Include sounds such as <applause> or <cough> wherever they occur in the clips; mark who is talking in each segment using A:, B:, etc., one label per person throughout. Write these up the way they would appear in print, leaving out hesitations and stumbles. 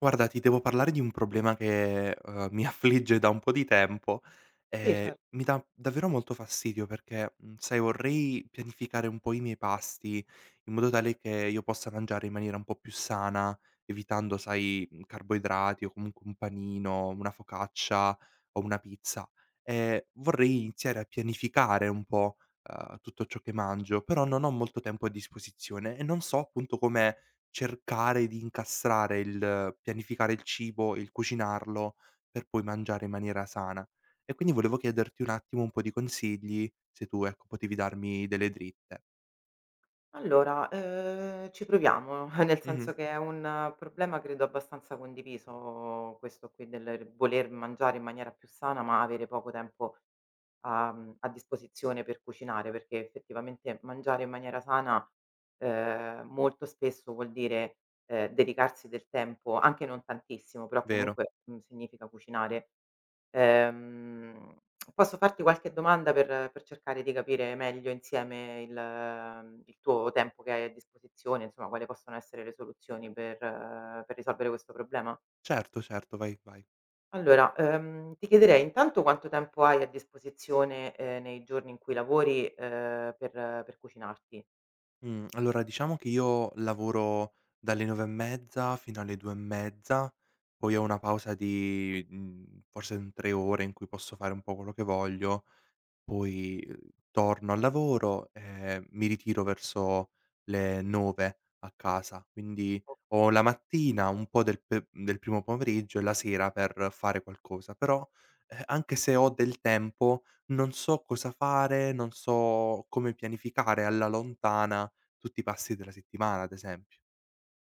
A: Guarda, ti devo parlare di un problema che, mi <laughs> affligge da un po' di tempo
B: Sì, cer
A: e mi dà davvero molto fastidio perché, sai, vorrei pianificare un po' i miei pasti in modo tale che io possa mangiare in maniera un po' più sana, evitando, sai, carboidrati o comunque un panino, una focaccia o una pizza. Vorrei iniziare a pianificare un po', tutto ciò che mangio, però non ho molto tempo a disposizione e non so appunto come cercare di incastrare il pianificare il cibo, il cucinarlo, per poi mangiare in maniera sana. E quindi volevo chiederti un attimo un po' di consigli, se tu, ecco, potevi darmi delle dritte.
B: allora, ci proviamo, <laughs> nel
A: Mh-mh,
B: senso che è un problema credo abbastanza condiviso questo qui del voler mangiare in maniera più sana, ma avere poco tempo a disposizione per cucinare, perché effettivamente mangiare in maniera sana, molto spesso vuol dire, dedicarsi del tempo, anche non tantissimo, però
A: vero.
B: comunque, significa cucinare. Ehm, Posso farti qualche domanda per cercare di capire meglio insieme il tuo tempo che hai a disposizione, insomma, quali possono essere le soluzioni per risolvere questo problema?
A: Certo, certo, vai, vai.
B: Allora, ti chiederei intanto quanto tempo hai a disposizione, nei giorni in cui lavori, per cucinarti?
A: Mhmm, allora diciamo che io lavoro dalle 9 e mezza fino alle 2 e mezza, poi ho una pausa di, forse un 3 ore in cui posso fare un po' quello che voglio. Poi, torno al lavoro e mi ritiro verso le 9 a casa, quindi ho la mattina, un po' del pe del primo pomeriggio e la sera per fare qualcosa. Però, anche se ho del tempo, non so cosa fare, non so come pianificare alla lontana tutti i passi della settimana, ad esempio.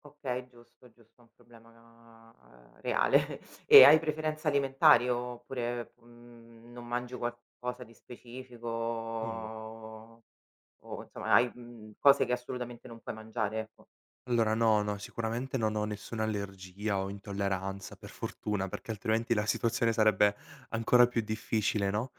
B: Okay, giusto, giusto, è un problema, reale. <laughs> E hai preferenze alimentari oppure, non mangi qualcosa di specifico
A: Mh.
B: o insomma hai, cose che assolutamente non puoi mangiare, ecco.
A: Allora no, no, sicuramente non ho nessuna allergia o intolleranza, per fortuna, perché altrimenti la situazione sarebbe ancora più difficile, no,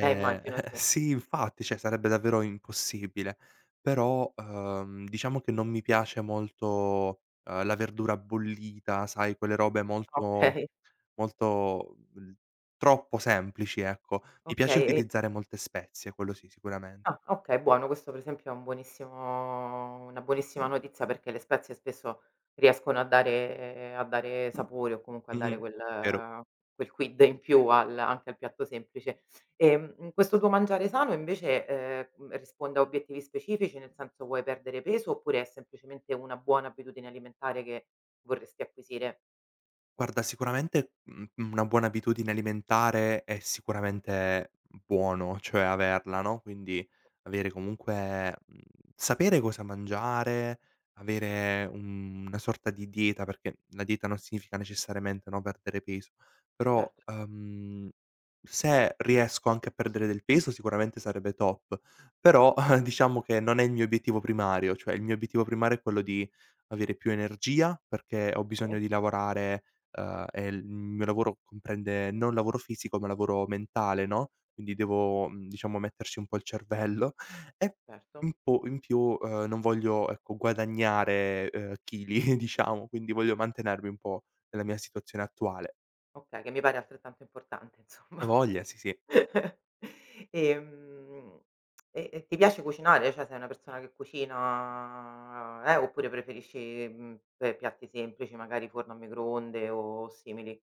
B: Immagino
A: <laughs>
B: sì.
A: sì, infatti, cioè sarebbe davvero impossibile. Però, diciamo che non mi piace molto, la verdura bollita, sai, quelle robe molto
B: Okay. <laughs>
A: molto troppo semplici, ecco. Mi piace
B: Okay, e
A: utilizzare molte spezie, quello sì, sicuramen
B: Ah, okay, buono. Questo per esempio è un buonissimo una buonissima notizia perché le spezie spesso riescono a dare sapore o comunque a dare
A: mh-mh, vero.
B: quel quid in più al anche al piatto semplice. Questo tuo mangiare sano invece, risponde a obiettivi specifici? Nel senso vuoi perdere peso oppure è semplicemente una buona abitudine alimentare che vorresti acquisire?
A: Guarda, sicuramente, una buona abitudine alimentare è sicuramente buono, cioè averla, no, quindi avere comunque sapere cosa mangiare, avere un una sorta di dieta, perché la dieta non significa necessariamente, no, perdere peso, però,
B: Certo,
A: se riesco anche a perdere del peso sicuramente sarebbe top, però <laughs> diciamo che non è il mio obiettivo primario, cioè il mio obiettivo primario è quello di avere più energia, perché ho
B: sì,
A: bisogno di lavorare e il mio lavoro comprende non lavoro fisico, ma lavoro mentale, no, quindi devo, diciamo metterci un po' il cervello <laughs> e
B: certo.
A: in più, non voglio, ecco, guadagnare, chili <laughs> diciamo, quindi voglio mantenermi un po' nella mia situazione attuale.
B: Okay, che mi pare altrettanto importante <laughs> insomma.
A: A voglia, sì, sì.
B: <laughs> Ehm, e ti piace cucinare? Cioè sei una persona che cucina, oppure preferisci, pe piatti semplici, magari forno a microonde o simili?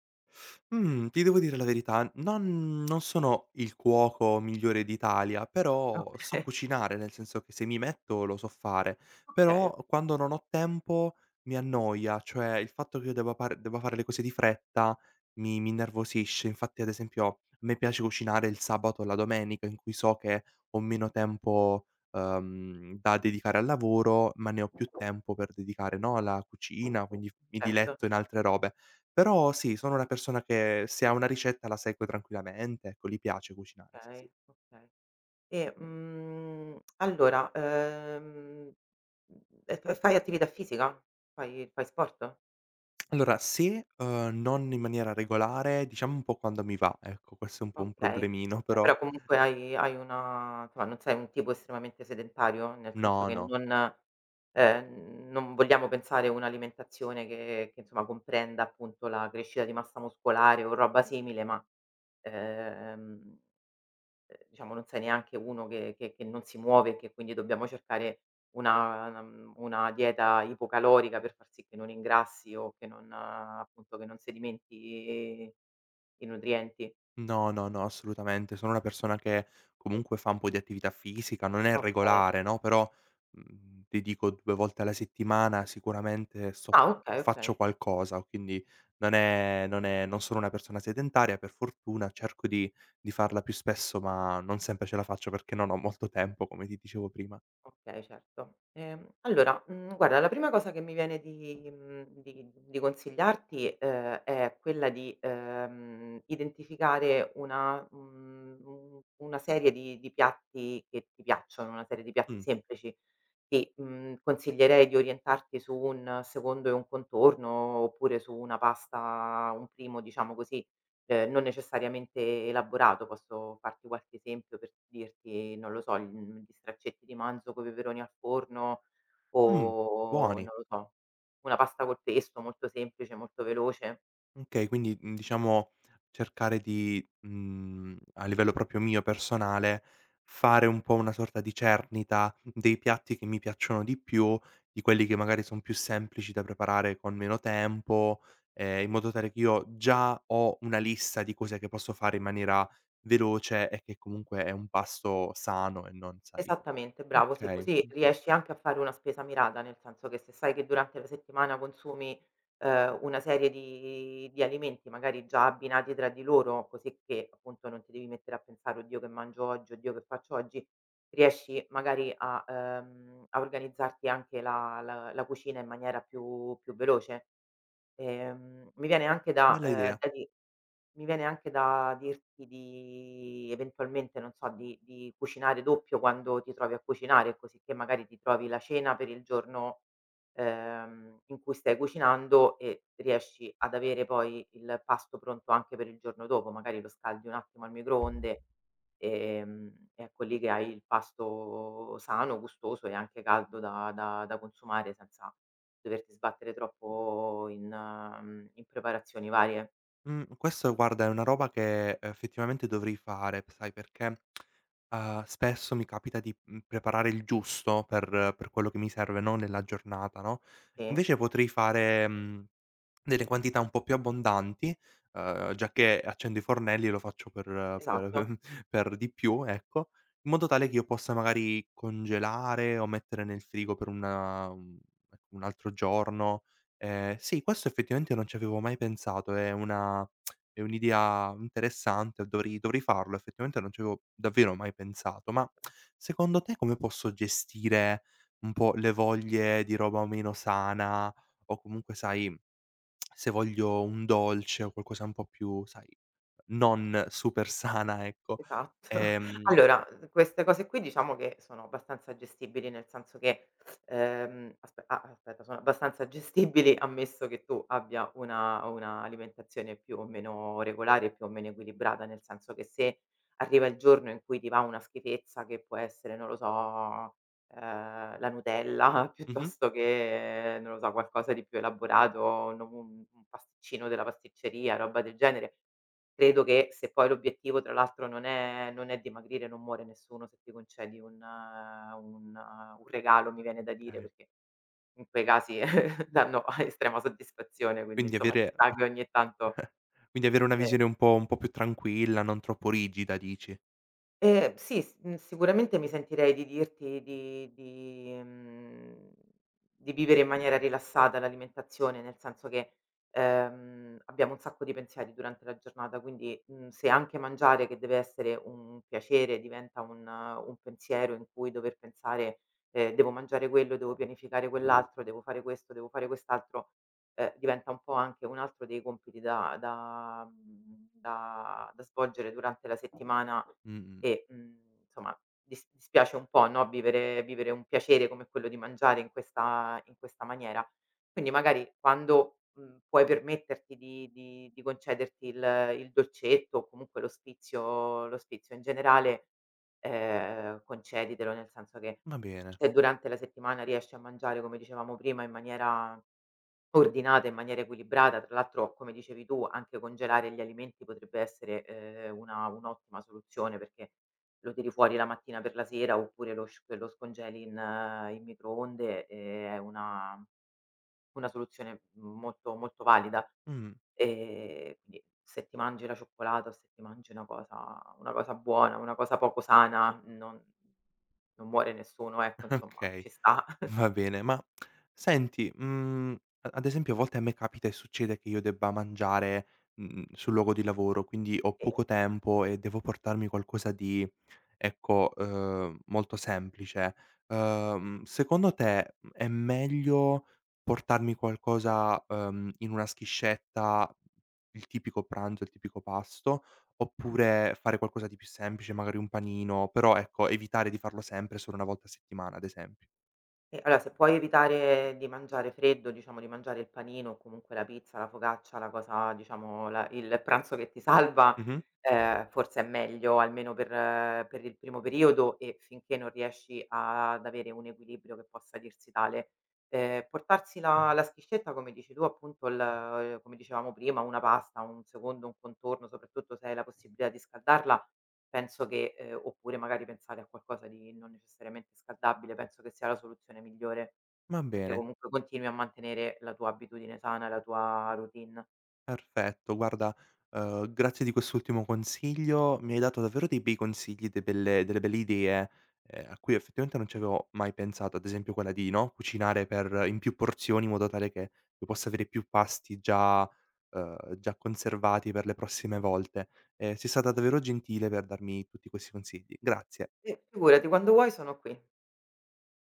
A: Mhmm, Ti devo dire la verità, non sono il cuoco migliore d'Italia, però so
B: Okay, <laughs>
A: cucinare, nel senso che se mi metto lo so fare.
B: okay,
A: Però quando non ho tempo mi annoia, cioè il fatto che io debba par debba fare le cose di fretta mi innervosisce. Infatti, ad esempio, a me piace cucinare il sabato o la domenica in cui so che ho meno tempo, da dedicare al lavoro, ma ne ho più tempo per dedicare, no, alla cucina, quindi mi
B: certo,
A: diletto in altre robe. Però sì, sono una persona che se ha una ricetta la segue tranquillamente, ecco, gli piace cucinare, sì,
B: okay,
A: sì.
B: okay. E, allora, e f fai attività fisica? Fai sport?
A: Allora se, non in maniera regolare, diciamo un po' quando mi va, ecco, questo è un po' un
B: Okay,
A: problemino,
B: okay,
A: però
B: però comunque hai una insomma non sei un tipo estremamente sedentario? Nel senso
A: no,
B: che
A: no.
B: non non vogliamo pensare un'alimentazione che insomma comprenda appunto la crescita di massa muscolare o roba simile, ma, ehm, diciamo non sei neanche uno che non si muove e che quindi dobbiamo cercare una una dieta ipocalorica per far sì che non ingrassi o che non appunto che non sedimenti i nutrienti.
A: No, no, no, assolutamente. Sono una persona che comunque fa un po' di attività fisica, non è
B: Okay.
A: regolare, no, però, ti dico 2 volte alla settimana sicuramente sto
B: Ah okay,
A: faccio
B: okay,
A: qualcosa, quindi non sono una persona sedentaria per fortuna, cerco di farla più spesso, ma non sempre ce la faccio perché non ho molto tempo, come ti dicevo prima.
B: okay, certo. Allora, guarda la prima cosa che mi viene di consigliarti, è quella di, identificare un una serie di piatti che ti piacciono, una serie di piatti
A: Mh,
B: semplici, Sì, consiglierei di orientarti su un secondo e un contorno, oppure su una pasta un primo, diciamo così, non necessariamente elaborato. Posso farti qualche esempio per dirti, non lo so, gli straccetti di manzo coi peperoni al forno
A: mh,
B: o non
A: buoni.
B: lo so, una pasta col pesto molto semplice, molto veloce.
A: Okay, quindi, diciamo cercare di, a livello proprio mio personale, fare un po' una sorta di cernita dei piatti che mi piacciono di più, di quelli che magari son più semplici da preparare con meno tempo, in modo tale che io già ho una lista di cose che posso fare in maniera veloce e che comunque è un pasto sano e non sai.
B: Esattamente, bravo, sì,
A: Okay,
B: così
A: mh-mh,
B: riesci anche a fare una spesa mirata, nel senso che se sai che durante la settimana consumi, una serie di alimenti magari già abbinati tra di loro, così che appunto non ti devi mettere a pensare: "Oddio che mangio oggi, oddio che faccio oggi", riesci magari a a organizzarti anche la cucina in maniera più veloce. Mi viene anche da
A: bella idea.
B: da di mi viene anche da dirti di eventualmente, non so, di cucinare doppio quando ti trovi a cucinare, cosicché magari ti trovi la cena per il giorno, in cui stai cucinando e riesci ad avere poi il pasto pronto anche per il giorno dopo, magari lo scaldi un attimo al microonde, ehm, e mm, ecco lì che hai il pasto sano, gustoso e anche caldo da consumare senza doverti sbattere troppo in in preparazioni varie.
A: Mhmm, Questo guarda è una roba che effettivamente dovrei fare, sai perché, spesso mi capita di, preparare il giusto per quello che mi serve, no, nella giornata, no,
B: Sì?
A: invece potrei fare, mhmm delle quantità un po' più abbondanti, giacché accendo i fornelli lo faccio per
B: Esatto,
A: <laughs> per di più, ecco, in modo tale che io possa magari congelare o mettere nel frigo per ecco, un altro giorno. Sì, questo effettivamente non ci avevo mai pensato, è un'idea interessante, dovrei farlo, effettivamente non ci avevo davvero mai pensato. Ma secondo te come posso gestire un po' le voglie di roba meno sana o comunque sai se voglio un dolce o qualcosa un po' più, sai, non super sana, ecco,
B: esatto. <laughs>
A: ehm
B: Allora, queste cose qui diciamo che sono abbastanza gestibili, nel senso che, aspetta, sono abbastanza gestibili <laughs> ammesso che tu abbia una alimentazione più o meno regolare e più o meno equilibrata, nel senso che se arriva il giorno in cui ti va una schifezza che può essere, non lo so, ehm, la Nutella <laughs>
A: mh-mh,
B: piuttosto che, non lo so, qualcosa di più elaborato, no un pasticcino della pasticceria, roba del genere. Credo che se poi l'obiettivo tra l'altro non è dimagrire, non muore nessuno se ti concedi un un regalo, mi viene da dire,
A: okay.
B: perché in quei casi <laughs> danno estrema soddisfazione, quindi
A: Quindi
B: insomma ci
A: avere
B: sta
A: e
B: che ogni tanto,
A: quindi avere una
B: eh
A: visione un po' più tranquilla, non troppo rigida dici.
B: Sì, sicuramente mi sentirei di dirti di vivere in maniera rilassata l'alimentazione, nel senso che, abbiamo un sacco di pensieri durante la giornata, quindi, se anche mangiare, che deve essere un piacere, diventa un pensiero in cui dover pensare, "Devo mangiare quello, devo pianificare quell'altro, devo fare questo, devo fare quest'altro", diventa un po' anche un altro dei compiti da da mhmm, da da svolgere durante la settimana,
A: Mh-mh,
B: e, insomma dispiace un po', no, vivere un piacere come quello di mangiare in questa maniera. Quindi magari quando, puoi permetterti di concederti il dolcetto o comunque lo sfizio in generale, conceditelo, nel senso che
A: va bene.
B: se durante la settimana riesci a mangiare, come dicevamo prima, in maniera ordinata in maniera equilibrata, tra l'altro come dicevi tu anche congelare gli alimenti potrebbe essere, una un'ottima soluzione perché lo tiri fuori la mattina per la sera oppure lo scongeli in in microonde, è una soluzione molto, molto valida.
A: Mh,
B: Quindi se ti mangi la cioccolata o se ti mangi una cosa buona, una cosa poco sana, non muore nessuno, ecco
A: <laughs>
B: insomma,
A: okay,
B: ci sta.
A: va bene. Ma senti, a ad esempio a volte a me capita e succede che io debba mangiare, sul luogo di lavoro, quindi ho poco
B: <laughs>
A: tempo e devo portarmi qualcosa di ecco, molto semplice. Secondo te, è meglio portarmi qualcosa, in una schiscetta, il tipico pranzo, il tipico pasto, oppure fare qualcosa di più semplice, magari un panino, però ecco, evitare di farlo sempre solo una volta a settimana, ad esempio.
B: E allora se puoi evitare di mangiare freddo, diciamo di mangiare il panino o comunque la pizza, la focaccia, la cosa diciamo la il pranzo che ti salva,
A: Mh-mh.
B: forse è meglio almeno per il primo periodo e finché non riesci a- ad avere un equilibrio che possa dirsi tale. Portarsi la schiscetta come dici tu appunto il come dicevamo prima, una pasta, un secondo, un contorno, soprattutto se hai la possibilità di scaldarla. Penso che oppure magari pensare a qualcosa di non necessariamente scaldabile, penso che sia la soluzione migliore,
A: Va
B: perché
A: bene.
B: comunque continui a mantenere la tua abitudine sana, la tua routine.
A: Perfetto, guarda, grazie di quest'ultimo consiglio, mi hai dato davvero dei bei consigli, de belle delle belle idee, a cui effettivamente non ci avevo mai pensato, ad esempio quella di, no, cucinare per in più porzioni in modo tale che io possa avere più pasti già conservati per le prossime volte. Sei stata davvero gentile per darmi tutti questi consigli. Grazie.
B: Sì. Figurati, quando vuoi sono qui.